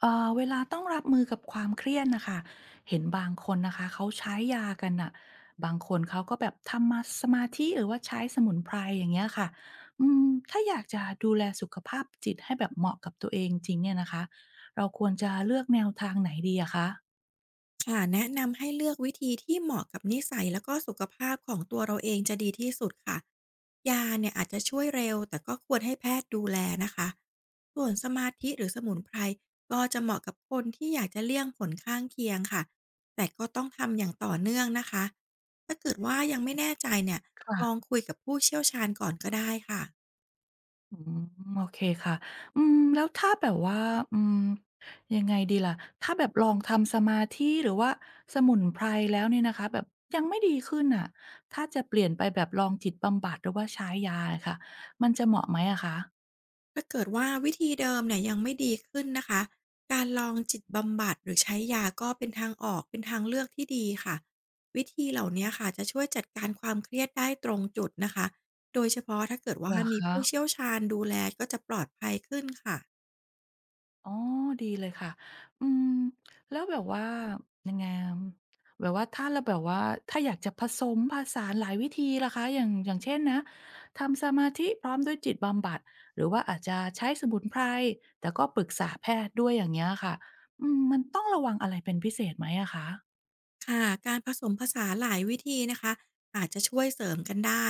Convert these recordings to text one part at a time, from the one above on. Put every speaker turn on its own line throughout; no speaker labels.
เวลาต้องรับมือกับความเครียดนะคะเห็นบางคนนะคะเขาใช้ยากันน่ะบางคนเขาก็แบบทำมาสมาธิหรือว่าใช้สมุนไพรอย่างเงี้ยค่ะอืมถ้าอยากจะดูแลสุขภาพจิตให้แบบเหมาะกับตัวเองจริงเนี่ยนะคะเราควรจะเลือกแนวทางไหนดีอะคะ
ค่ะแนะนำให้เลือกวิธีที่เหมาะกับนิสัยแล้วก็สุขภาพของตัวเราเองจะดีที่สุดค่ะยาเนี่ยอาจจะช่วยเร็วแต่ก็ควรให้แพทย์ดูแลนะคะส่วนสมาธิหรือสมุนไพรก็จะเหมาะกับคนที่อยากจะเลี่ยงผลข้างเคียงค่ะแต่ก็ต้องทำอย่างต่อเนื่องนะคะถ้าเกิดว่ายังไม่แน่ใจเนี่ย
ค่ะ
ลองคุยกับผู้เชี่ยวชาญก่อนก็ได้ค่ะ
อืมโอเคค่ะอืมแล้วถ้าแบบว่าอืมยังไงดีล่ะถ้าแบบลองทำสมาธิหรือว่าสมุนไพรแล้วเนี่ยนะคะแบบยังไม่ดีขึ้นน่ะถ้าจะเปลี่ยนไปแบบลองจิตบำบัดหรือว่าใช้ยาอะค่ะมันจะเหมาะไหมอะคะ
ถ้าเกิดว่าวิธีเดิมเนี่ยยังไม่ดีขึ้นนะคะการลองจิตบำบัดหรือใช้ยาก็เป็นทางออกเป็นทางเลือกที่ดีค่ะวิธีเหล่านี้ค่ะจะช่วยจัดการความเครียดได้ตรงจุดนะคะโดยเฉพาะถ้าเกิด
เหร
ว่า
อ
มี
คะ
ผู้เชี่ยวชาญดูแลก็จะปลอดภัยขึ้นค่ะ
อ๋อ ดีเลยค่ะ อืม แล้วแบบว่า ยังไงอะแบบว่าถ้าเราแบบว่า ถ้าอยากจะผสมผสานหลายวิธีล่ะคะอย่างอย่างเช่นนะ ทำสมาธิพร้อมด้วยจิตบำบัด หรือว่าอาจจะใช้สมุนไพรแต่ก็ปรึกษาแพทย์ด้วยอย่างเงี้ยค่ะ อืม มันต้องระวังอะไรเป็นพิเศษไหมอะคะ
ค่ะการผสมผสานหลายวิธีนะคะอาจจะช่วยเสริมกันได้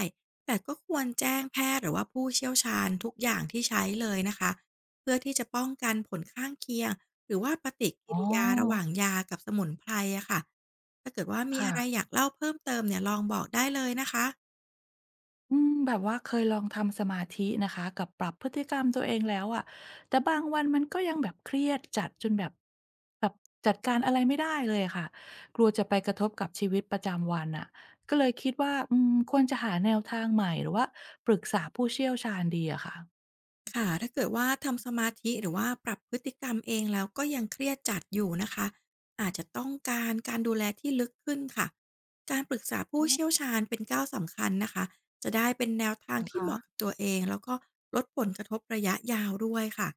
แต่ก็ควรแจ้งแพทย์หรือว่าผู้เชี่ยวชาญทุกอย่างที่ใช้เลยนะคะเพื่อที่จะป้องกันผลข้างเคียงหรือว่าปฏิกิ
อ๋อ
ริยาระหว่างยากับสมุนไพรอะค่ะถ้าเกิดว่ามีอะไร
ค่ะ
อยากเล่าเพิ่มเติมเนี่ยลองบอกได้เลยนะคะ
อืมแบบว่าเคยลองทำสมาธินะคะกับปรับพฤติกรรมตัวเองแล้วอะแต่บางวันมันก็ยังแบบเครียดจัดจนแบบแบบจัดการอะไรไม่ได้เลยอะค่ะกลัวจะไปกระทบกับชีวิตประจำวันอ่ะก็เลยคิดว่าควรจะหาแนวทางใหม่หรือว่าปรึกษาผู้เชี่ยวชาญดีอะค่ะ
ค่ะถ้าเกิดว่าทำสมาธิหรือว่าปรับพฤติกรรมเองแล้วก็ยังเครียดจัดอยู่นะคะอาจจะต้องการการดูแลที่ลึกขึ้นค่ะการปรึกษา
อ๋
ผู้
อ
เชี่ยวชาญเป็นก้าวสำคัญนะคะจะได้เป็นแนวทา
เห
ง
รอ
ที่
คะ
เหมาะกับตัวเองแล้วก็ลดผลกระทบระยะยาวด้วยค่ะ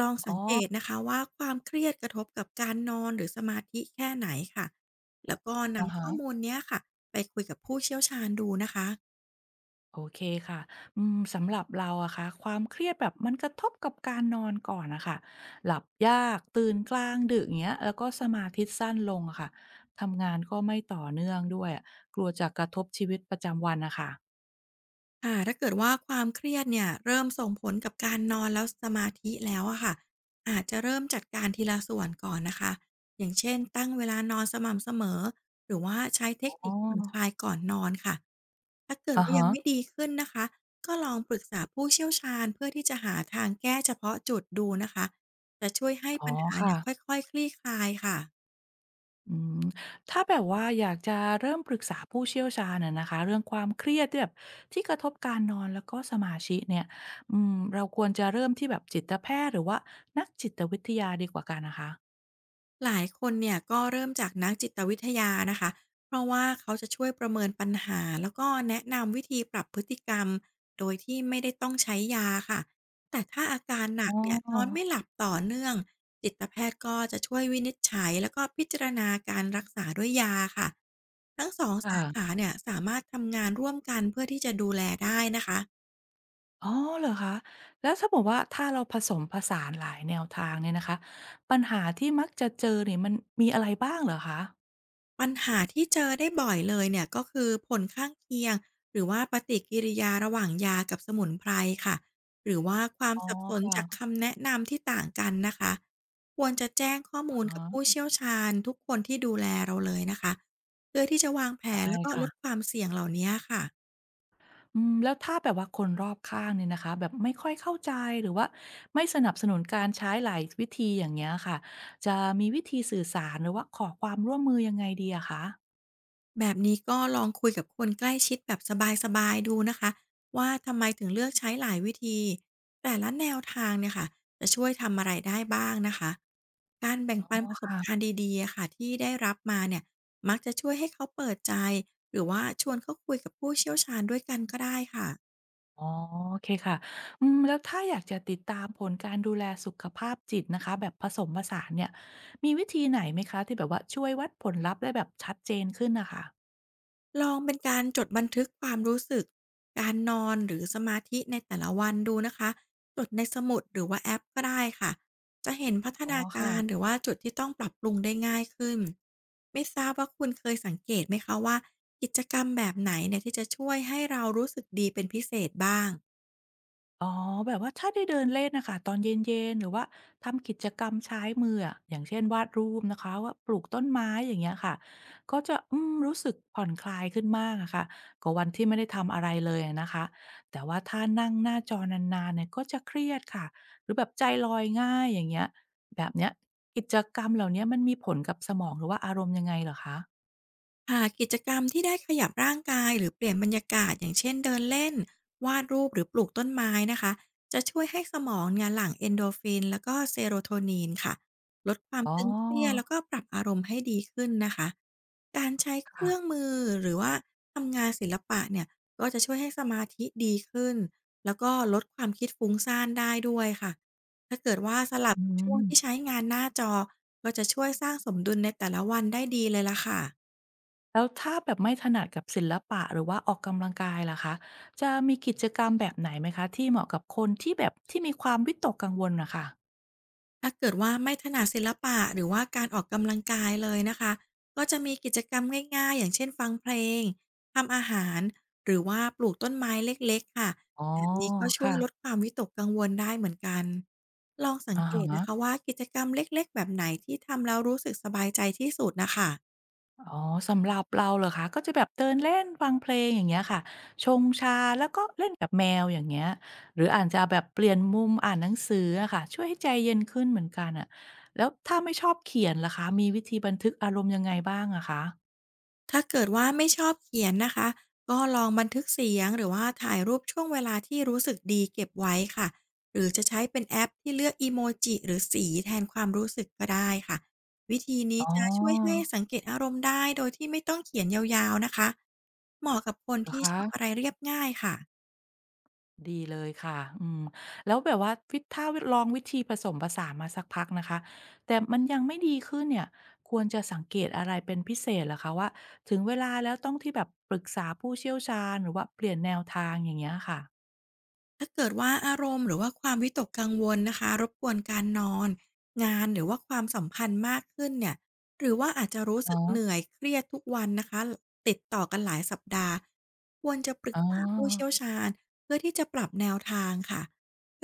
ลอง
อ๋
สั
อ
งเกตนะคะว่าความเครียดกระทบกับการนอนหรือสมาธิแค่ไหนค่ะแล้วก็
อะ
นำ
ฮะ
ข้อมูลเนี้ยค่ะไปคุยกับผู้เชี่ยวชาญดูนะคะ
โอเคค่ะอืมสำหรับเราอะคะความเครียดแบบมันกระทบกับการนอนก่อนนะคะหลับยากตื่นกลางดึกอย่างเงี้ยแล้วก็สมาธิสั้นลงอะค่ะทำงานก็ไม่ต่อเนื่องด้วยอะกลัวจะกระทบชีวิตประจำวันนะคะ
ค่ะถ้าเกิดว่าความเครียดเนี่ยเริ่มส่งผลกับการนอนแล้วสมาธิแล้วอะค่ะอาจจะเริ่มจัดการทีละส่วนก่อนนะคะอย่างเช่นตั้งเวลานอนสม่ำเสมอหรือว่าใช้เทค
อ๋
นิคผ่อนค
อ
ลายก่อนนอนค่ะถ้าเกิด
อะ
ว่า
ฮะ
ยังไม่ดีขึ้นนะคะก็ลองปรึกษาผู้เชี่ยวชาญเพื่อที่จะหาทางแก้เฉพาะจุดดูนะคะจะช่วยให้
อ๋อ
ปัญหา
ค่ะ
เนี่ยค่อยๆคลี่คลายค่ะ
อืมถ้าแบบว่าอยากจะเริ่มปรึกษาผู้เชี่ยวชาญอะนะคะเรื่องความเครียดที่แบบที่กระทบการนอนแล้วก็สมาธิเนี่ยเราควรจะเริ่มที่แบบจิตแพทย์หรือว่านักจิตวิทยาดีกว่ากันนะคะ
หลายคนเนี่ยก็เริ่มจากนักจิตวิทยานะคะเพราะว่าเขาจะช่วยประเมินปัญหาแล้วก็แนะนำวิธีปรับพฤติกรรมโดยที่ไม่ได้ต้องใช้ยาค่ะแต่ถ้าอาการห
อ๋
นักเนี่ยนอน
อ
ไม่หลับต่อเนื่องจิตแพทย์ก็จะช่วยวินิจฉัยแล้วก็พิจารณาการรักษาด้วยยาค่ะทั้งสองสาขา
ค่ะ
เนี่ยสามารถทำงานร่วมกันเพื่อที่จะดูแลได้นะคะ
อ๋อเหรอคะแล้วถ้าบอกว่าถ้าเราผสมผสานหลายแนวทางเนี่ยนะคะปัญหาที่มักจะเจอเนี่ยมันมีอะไรบ้างเหรอคะ
ปัญหาที่เจอได้บ่อยเลยเนี่ยก็คือผลข้างเคียงหรือว่าปฏิกิริยาระหว่างยากับสมุนไพรค่ะหรือว่าความ
อ๋อ
สับสนจาก
ค่ะ
คำแนะนำที่ต่างกันนะคะควรจะแจ้งข้อ
อะ
มูล
ฮะ
กับผู้เชี่ยวชาญทุกคนที่ดูแลเราเลยนะคะเพื่อที่จะวางแผน
ได้
แล้วก็ลดค
ค่ะ
วามเสี่ยงเหล่านี้ค่ะ
อืมแล้วถ้าแบบว่าคนรอบข้างเนี่ยนะคะแบบไม่ค่อยเข้าใจหรือว่าไม่สนับสนุนการใช้หลายวิธีอย่างเงี้ยค่ะจะมีวิธีสื่อสารหรือว่าขอความร่วมมือยังไงดีอะคะ
แบบนี้ก็ลองคุยกับคนใกล้ชิดแบบสบายๆดูนะคะว่าทำไมถึงเลือกใช้หลายวิธีแต่ละแนวทางเนี่ยค่ะจะช่วยทำอะไรได้บ้างนะคะการแบ่ง
อ๋อ
ปันประสบการ
ค่ะ
ณ์ดีๆอะค่ะที่ได้รับมาเนี่ยมักจะช่วยให้เขาเปิดใจหรือว่าชวนเขาคุยกับผู้เชี่ยวชาญด้วยกันก็ได้ค่ะ
อ๋อโอเคค่ะอืมแล้วถ้าอยากจะติดตามผลการดูแลสุขภาพจิตนะคะแบบผสมผสานเนี่ยมีวิธีไหนไหมคะที่แบบว่าช่วยวัดผลลัพธ์ได้แบบชัดเจนขึ้นนะคะ
ลองเป็นการจดบันทึกความรู้สึกการนอนหรือสมาธิในแต่ละวันดูนะคะจดในสมุดหรือว่าแอปก็ได้ค่ะจะเห็นพัฒ
อ๋อ
นา
ค่ะ
การหรือว่าจุดที่ต้องปรับปรุงได้ง่ายขึ้นไม่ทราบว่าคุณเคยสังเกตไหมคะว่ากิจกรรมแบบไหนเนี่ยที่จะช่วยให้เรารู้สึกดีเป็นพิเศษบ้าง
อ๋อแบบว่าถ้าได้เดินเล่นน่ะค่ะตอนเย็นๆหรือว่าทำกิจกรรมใช้มืออะอย่างเช่นวาดรูปนะคะว่าปลูกต้นไม้อย่างเงี้ยค่ะก็จะรู้สึกผ่อนคลายขึ้นมากอะค่ะกว่าวันที่ไม่ได้ทำอะไรเลยอะนะคะแต่ว่าถ้านั่งหน้าจอนานๆเนี่ยก็จะเครียดค่ะหรือแบบใจลอยง่ายอย่างเงี้ยแบบเนี้ยกิจกรรมเหล่าเนี้ยมันมีผลกับสมองหรือว่าอารมณ์ยังไงเหรอคะ
ค่ะกิจกรรมที่ได้ขยับร่างกายหรือเปลี่ยนบรรยากาศอย่างเช่นเดินเล่นวาดรูปหรือปลูกต้นไม้นะคะจะช่วยให้สมองเนี่ยหลั่งเอนโดรฟินแล้วก็เซโรโทนินค่ะลดความ
อ๋
ตึงเครียด
อ
แล้วก็ปรับอารมณ์ให้ดีขึ้นนะคะการใช้เค
ค่ะ
รื่องมือหรือว่าทำงานศิลปะเนี่ยก็จะช่วยให้สมาธิดีขึ้นแล้วก็ลดความคิดฟุ้งซ่านได้ด้วยค่ะถ้าเกิดว่าสลับ
อื
ช่
ม
วงที่ใช้งานหน้าจอก็จะช่วยสร้างสมดุลในแต่ละวันได้ดีเลยล่ะค่ะ
แล้วถ้าแบบไม่ถนัดกับศิลปะหรือว่าออกกำลังกายล่ะคะจะมีกิจกรรมแบบไหนไหมคะที่เหมาะกับคนที่แบบที่มีความวิตกกังวลน่ะค่ะ
ถ้าเกิดว่าไม่ถนัดศิลปะหรือว่าการออกกำลังกายเลยนะคะก็จะมีกิจกรรมง่ายๆอย่างเช่นฟังเพลงทำอาหารหรือว่าปลูกต้นไม้เล็กๆค่ะ
อ๋อ
แบบนี้ก็ช่วย
ค่ะ
ลดความวิตกกังวลได้เหมือนกันลองสัง
อะ
เก
ฮ
ต
ะ
นะคะว่ากิจกรรมเล็กๆแบบไหนที่ทำแล้วรู้สึกสบายใจที่สุดนะคะ
อ๋อสำหรับเราเหรอคะก็จะแบบเดินเล่นฟังเพลงอย่างเงี้ยค่ะชงชาแล้วก็เล่นกับแมวอย่างเงี้ยหรืออาจจะแบบเปลี่ยนมุมอ่านหนังสืออะค่ะช่วยให้ใจเย็นขึ้นเหมือนกันอะแล้วถ้าไม่ชอบเขียนล่ะคะมีวิธีบันทึกอารมณ์ยังไงบ้างอะคะ
ถ้าเกิดว่าไม่ชอบเขียนนะคะก็ลองบันทึกเสียงหรือว่าถ่ายรูปช่วงเวลาที่รู้สึกดีเก็บไว้ค่ะหรือจะใช้เป็นแอปที่เลือกอีโมจิหรือสีแทนความรู้สึกก็ได้ค่ะวิธีนี้
อ๋
จะช่วยให้
อ
สังเกตอารมณ์ได้โดยที่ไม่ต้องเขียนยาวๆนะคะเหมาะกับคน
เหรอ
ที่ช
คะ
อบอะไรเรียบง่ายค่ะ
ดีเลยค่ะอืมแล้วแบบว่าวิถ้าวลองวิธีผสมผสานมาสักพักนะคะแต่มันยังไม่ดีขึ้นเนี่ยควรจะสังเกตอะไรเป็นพิเศษเหรอคะว่าถึงเวลาแล้วต้องที่แบบปรึกษาผู้เชี่ยวชาญหรือว่าเปลี่ยนแนวทางอย่างเงี้ยค่ะ
ถ้าเกิดว่าอารมณ์หรือว่าความวิตกกังวลนะคะรบกวนการนอนงานหรือว่าความสัมพันธ์มากขึ้นเนี่ยหรือว่าอาจจะรู้
อะ
สึก
ฮะ
เหนื่อยเครียดทุกวันนะคะติดต่อกันหลายสัปดาห์ควรจะปรึ
อ๋
กษาผู้เชี่ยว
อ
ชาญเพื่อที่จะปรับแนวทางค่ะ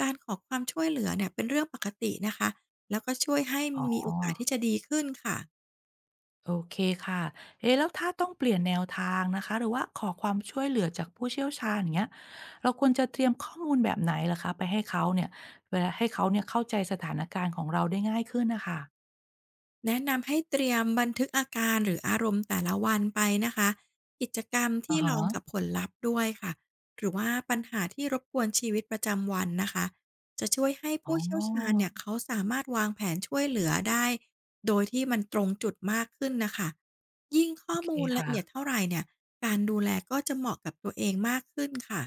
การขอความช่วยเหลือเนี่ยเป็นเรื่องปกตินะคะแล้วก็ช่วยให้
อ๋
มีโอกาส
อ
ที่จะดีขึ้นค่ะ
โอเคค่ะเอ๊ะแล้วถ้าต้องเปลี่ยนแนวทางนะคะหรือว่าขอความช่วยเหลือจากผู้เชี่ยวชาญอย่างเงี้ยเราควรจะเตรียมข้อมูลแบบไหนเหรอคะไปให้เขาเนี่ยเวลาให้เขาเนี่ยเข้าใจสถานการณ์ของเราได้ง่ายขึ้นน่ะค่ะ
แนะนำให้เตรียมบันทึกอาการหรืออารมณ์แต่ละวันไปนะคะกิจกรรม
อะ
ที่
ฮะ
รองกับผลลัพธ์ด้วยค่ะหรือว่าปัญหาที่รบกวนชีวิตประจำวันนะคะจะช่วยให้
อ๋
ผู้เชี่ยวชาญ
อ
เนี่ยเขาสามารถวางแผนช่วยเหลือได้โดยที่มันตรงจุดมากขึ้นนะคะยิ่ง
โอ
ข้อ
เค
มูลละเอียด
ค่ะ
เท่าไหร่เนี่ยการดูแลก็จะเหมาะกับตัวเองมากขึ้นค่ะ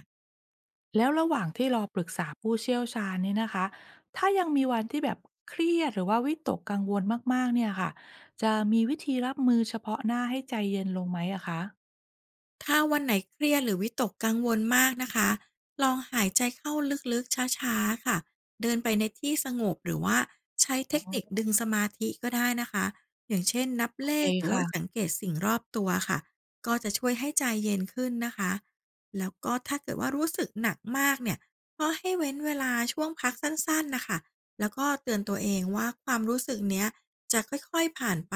แล้วระหว่างที่รอปรึกษาผู้เชี่ยวชาญเนี่ยนะคะ ถ้ายังมีวันที่แบบเครียดหรือว่าวิตกกังวลมากๆเนี่ยค่ะ จะมีวิธีรับมือเฉพาะหน้าให้ใจเย็นลงไหมอะคะ
ถ้าวันไหนเครียดหรือวิตกกังวลมากนะคะ ลองหายใจเข้าลึกๆช้าๆค่ะ เดินไปในที่สงบหรือว่าใช้เท
อ๋
คนิค
อ
ดึงสมาธิก็ได้นะคะอย่างเช่นนับ
โอ
เล
เค
ขหรือว่าสัง
ค่ะ
เกตสิ่งรอบตัวค่ะ ก็จะช่วยให้ใจเย็นขึ้นนะคะ แล้วก็ถ้าเกิดว่ารู้สึกหนักมากเนี่ยก็ให้เว้นเวลาช่วงพักสั้นๆนะคะ แล้วก็เตือนตัวเองว่าความรู้สึกเนี้ยจะค่อยๆผ่านไป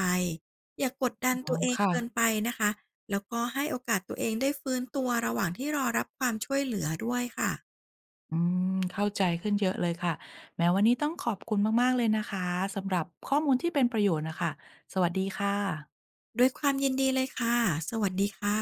อย่ากกดดัน
อ๋อ
ตัวเองเกิน
ค่ะ
ไปนะคะ แล้วก็ให้โอกาสตัวเองได้ฟื้นตัวระหว่างที่รอรับความช่วยเหลือด้วยค่ะ
อืม เข้าใจขึ้นเยอะเลยค่ะแหมวันนี้ต้องขอบคุณมากๆเลยนะคะสำหรับข้อมูลที่เป็นประโยชน์น่ะค่ะสวัสดีค่ะ
ด้วยความยินดีเลยค่ะ สวัสดีค่ะ